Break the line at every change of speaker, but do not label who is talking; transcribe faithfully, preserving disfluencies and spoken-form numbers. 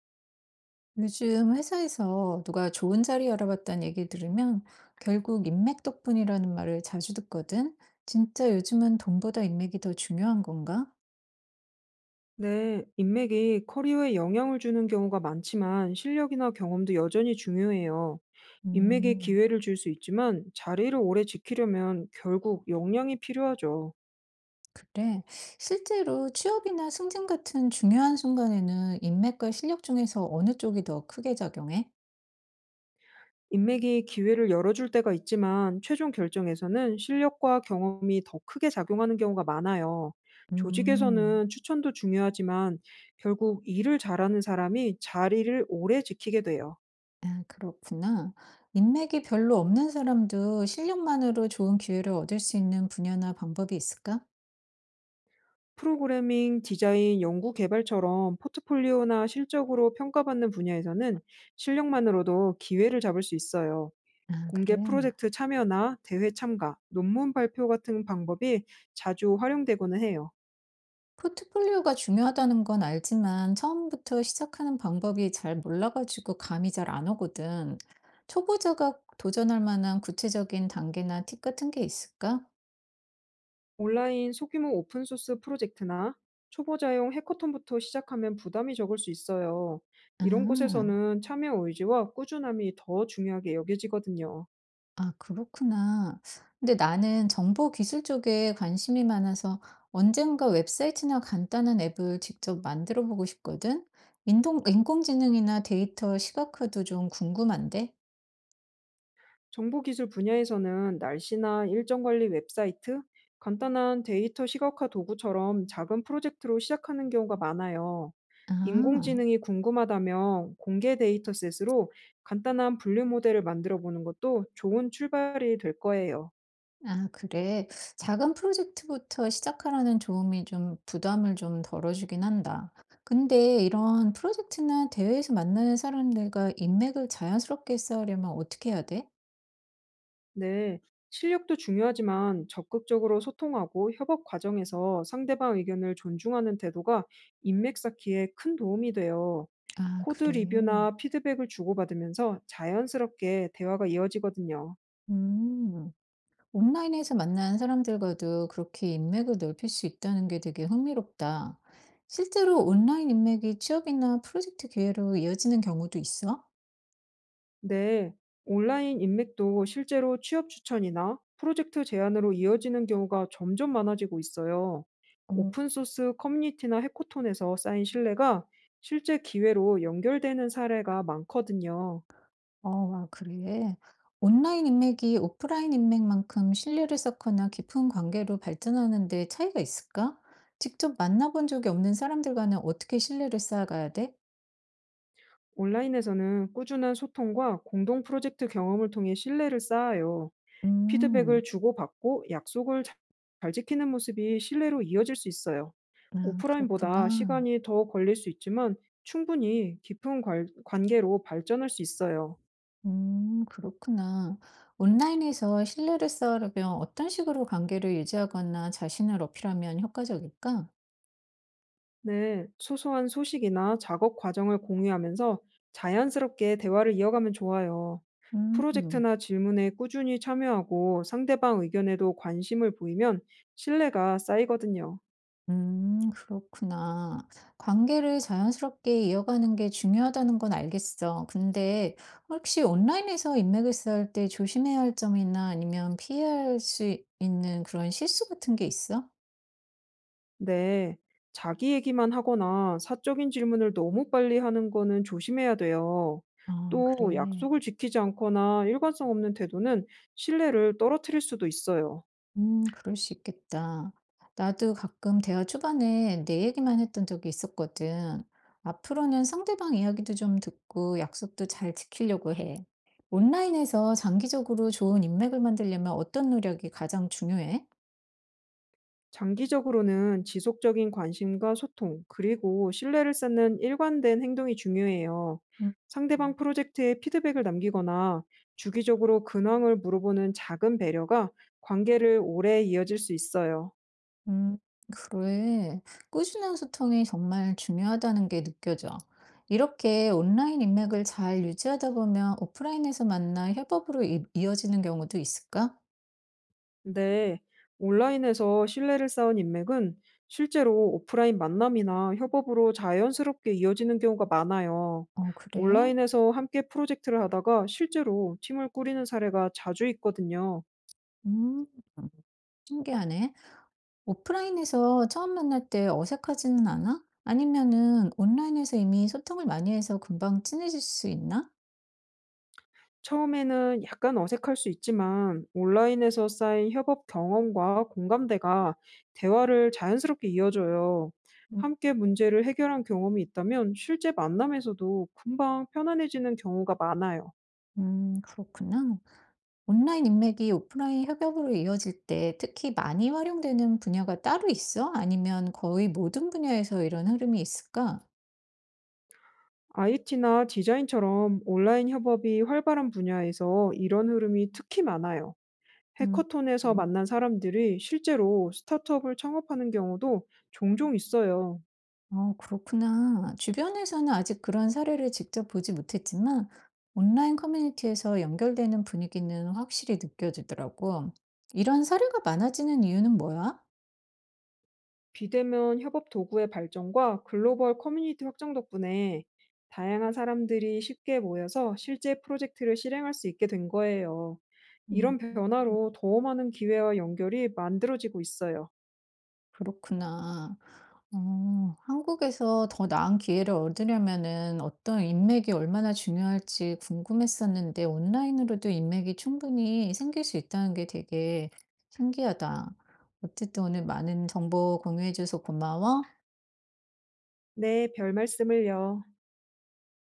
요즘 회사에서 누가 좋은 자리 알아봤다는 얘기 들으면 결국 인맥 덕분이라는 말을 자주 듣거든. 진짜 요즘은 돈보다 인맥이 더 중요한 건가?
네, 인맥이 커리어에 영향을 주는 경우가 많지만 실력이나 경험도 여전히 중요해요. 인맥이
음,
기회를 줄 수 있지만 자리를 오래 지키려면 결국 역량이 필요하죠.
그래. 실제로 취업이나 승진 같은 중요한 순간에는 인맥과 실력 중에서 어느 쪽이 더 크게 작용해?
인맥이 기회를 열어줄 때가 있지만 최종 결정에서는 실력과 경험이 더 크게 작용하는 경우가 많아요.
음,
조직에서는 추천도 중요하지만 결국 일을 잘하는 사람이 자리를 오래 지키게 돼요.
아, 그렇구나. 인맥이 별로 없는 사람도 실력만으로 좋은 기회를 얻을 수 있는 분야나 방법이 있을까?
프로그래밍, 디자인, 연구 개발처럼 포트폴리오나 실적으로 평가받는 분야에서는 실력만으로도 기회를 잡을 수 있어요.
아, 그래.
공개 프로젝트 참여나 대회 참가, 논문 발표 같은 방법이 자주 활용되고는 해요.
포트폴리오가 중요하다는 건 알지만 처음부터 시작하는 방법이 잘 몰라가지고 감이 잘 안 오거든. 초보자가 도전할 만한 구체적인 단계나 팁 같은 게 있을까?
온라인 소규모 오픈소스 프로젝트나 초보자용 해커톤부터 시작하면 부담이 적을 수 있어요. 이런
아,
곳에서는 참여 의지와 꾸준함이 더 중요하게 여겨지거든요.
아, 그렇구나. 근데 나는 정보 기술 쪽에 관심이 많아서 언젠가 웹사이트나 간단한 앱을 직접 만들어 보고 싶거든. 인동, 인공지능이나 데이터 시각화도 좀 궁금한데?
정보기술 분야에서는 날씨나 일정 관리 웹사이트, 간단한 데이터 시각화 도구처럼 작은 프로젝트로 시작하는 경우가 많아요.
아.
인공지능이 궁금하다면 공개 데이터셋으로 간단한 분류 모델을 만들어 보는 것도 좋은 출발이 될 거예요.
아 그래. 작은 프로젝트부터 시작하라는 조언이 좀 부담을 좀 덜어주긴 한다. 근데 이런 프로젝트나 대회에서 만나는 사람들과 인맥을 자연스럽게 쌓으려면 어떻게 해야 돼?
네, 실력도 중요하지만 적극적으로 소통하고 협업 과정에서 상대방 의견을 존중하는 태도가 인맥 쌓기에 큰 도움이 돼요.
아
코드
그래.
리뷰나 피드백을 주고받으면서 자연스럽게 대화가 이어지거든요.
음. 온라인에서 만난 사람들과도 그렇게 인맥을 넓힐 수 있다는 게 되게 흥미롭다. 실제로 온라인 인맥이 취업이나 프로젝트 기회로 이어지는 경우도 있어?
네, 온라인 인맥도 실제로 취업 추천이나 프로젝트 제안으로 이어지는 경우가 점점 많아지고 있어요.
어.
오픈소스 커뮤니티나 해코톤에서 쌓인 신뢰가 실제 기회로 연결되는 사례가 많거든요.
어, 아, 그래. 온라인 인맥이 오프라인 인맥만큼 신뢰를 쌓거나 깊은 관계로 발전하는 데 차이가 있을까? 직접 만나본 적이 없는 사람들과는 어떻게 신뢰를 쌓아가야 돼?
온라인에서는 꾸준한 소통과 공동 프로젝트 경험을 통해 신뢰를 쌓아요. 피드백을
음,
주고받고 약속을 자- 잘 지키는 모습이 신뢰로 이어질 수 있어요.
아,
오프라인보다
그렇구나.
시간이 더 걸릴 수 있지만 충분히 깊은 관- 관계로 발전할 수 있어요.
음, 그렇구나. 온라인에서 신뢰를 쌓으려면 어떤 식으로 관계를 유지하거나 자신을 어필하면 효과적일까?
네, 소소한 소식이나 작업 과정을 공유하면서 자연스럽게 대화를 이어가면 좋아요.
음.
프로젝트나 질문에 꾸준히 참여하고 상대방 의견에도 관심을 보이면 신뢰가 쌓이거든요.
음, 그렇구나. 관계를 자연스럽게 이어가는 게 중요하다는 건 알겠어. 근데 혹시 온라인에서 인맥을 쌓을 때 조심해야 할 점이나 아니면 피해야 할 수 있는 그런 실수 같은 게 있어?
네, 자기 얘기만 하거나 사적인 질문을 너무 빨리 하는 거는 조심해야 돼요.
아,
또
그래.
약속을 지키지 않거나 일관성 없는 태도는 신뢰를 떨어뜨릴 수도 있어요.
음, 그럴 수 있겠다. 나도 가끔 대화 초반에 내 얘기만 했던 적이 있었거든. 앞으로는 상대방 이야기도 좀 듣고 약속도 잘 지키려고 해. 온라인에서 장기적으로 좋은 인맥을 만들려면 어떤 노력이 가장 중요해?
장기적으로는 지속적인 관심과 소통, 그리고 신뢰를 쌓는 일관된 행동이 중요해요.
음, 음,
상대방 프로젝트에 피드백을 남기거나 주기적으로 근황을 물어보는 작은 배려가 관계를 오래 이어질 수 있어요.
음, 그래. 꾸준한 소통이 정말 중요하다는 게 느껴져. 이렇게 온라인 인맥을 잘 유지하다 보면 오프라인에서 만나 협업으로 이, 이어지는 경우도 있을까?
네, 온라인에서 신뢰를 쌓은 인맥은 실제로 오프라인 만남이나 협업으로 자연스럽게 이어지는 경우가 많아요.
어, 그래.
온라인에서 함께 프로젝트를 하다가 실제로 팀을 꾸리는 사례가 자주 있거든요.
음. 신기하네. 오프라인에서 처음 만날 때 어색하지는 않아? 아니면은 온라인에서 이미 소통을 많이 해서 금방 친해질 수 있나?
처음에는 약간 어색할 수 있지만 온라인에서 쌓인 협업 경험과 공감대가 대화를 자연스럽게 이어줘요.
음,
함께 문제를 해결한 경험이 있다면 실제 만남에서도 금방 편안해지는 경우가 많아요.
음, 그렇구나. 온라인 인맥이 오프라인 협업으로 이어질 때 특히 많이 활용되는 분야가 따로 있어? 아니면 거의 모든 분야에서 이런 흐름이 있을까?
아이티나 디자인처럼 온라인 협업이 활발한 분야에서 이런 흐름이 특히 많아요.
음.
해커톤에서
음.
만난 사람들이 실제로 스타트업을 창업하는 경우도 종종 있어요.
어, 그렇구나. 주변에서는 아직 그런 사례를 직접 보지 못했지만, 온라인 커뮤니티에서 연결되는 분위기는 확실히 느껴지더라고. 이런 사례가 많아지는 이유는 뭐야?
비대면 협업 도구의 발전과 글로벌 커뮤니티 확장 덕분에 다양한 사람들이 쉽게 모여서 실제 프로젝트를 실행할 수 있게 된 거예요.
음,
이런 변화로 더 많은 기회와 연결이 만들어지고 있어요.
그렇구나. 어, 한국에서 더 나은 기회를 얻으려면은 어떤 인맥이 얼마나 중요할지 궁금했었는데, 온라인으로도 인맥이 충분히 생길 수 있다는 게 되게 신기하다. 어쨌든 오늘 많은 정보 공유해줘서 고마워.
네, 별 말씀을요.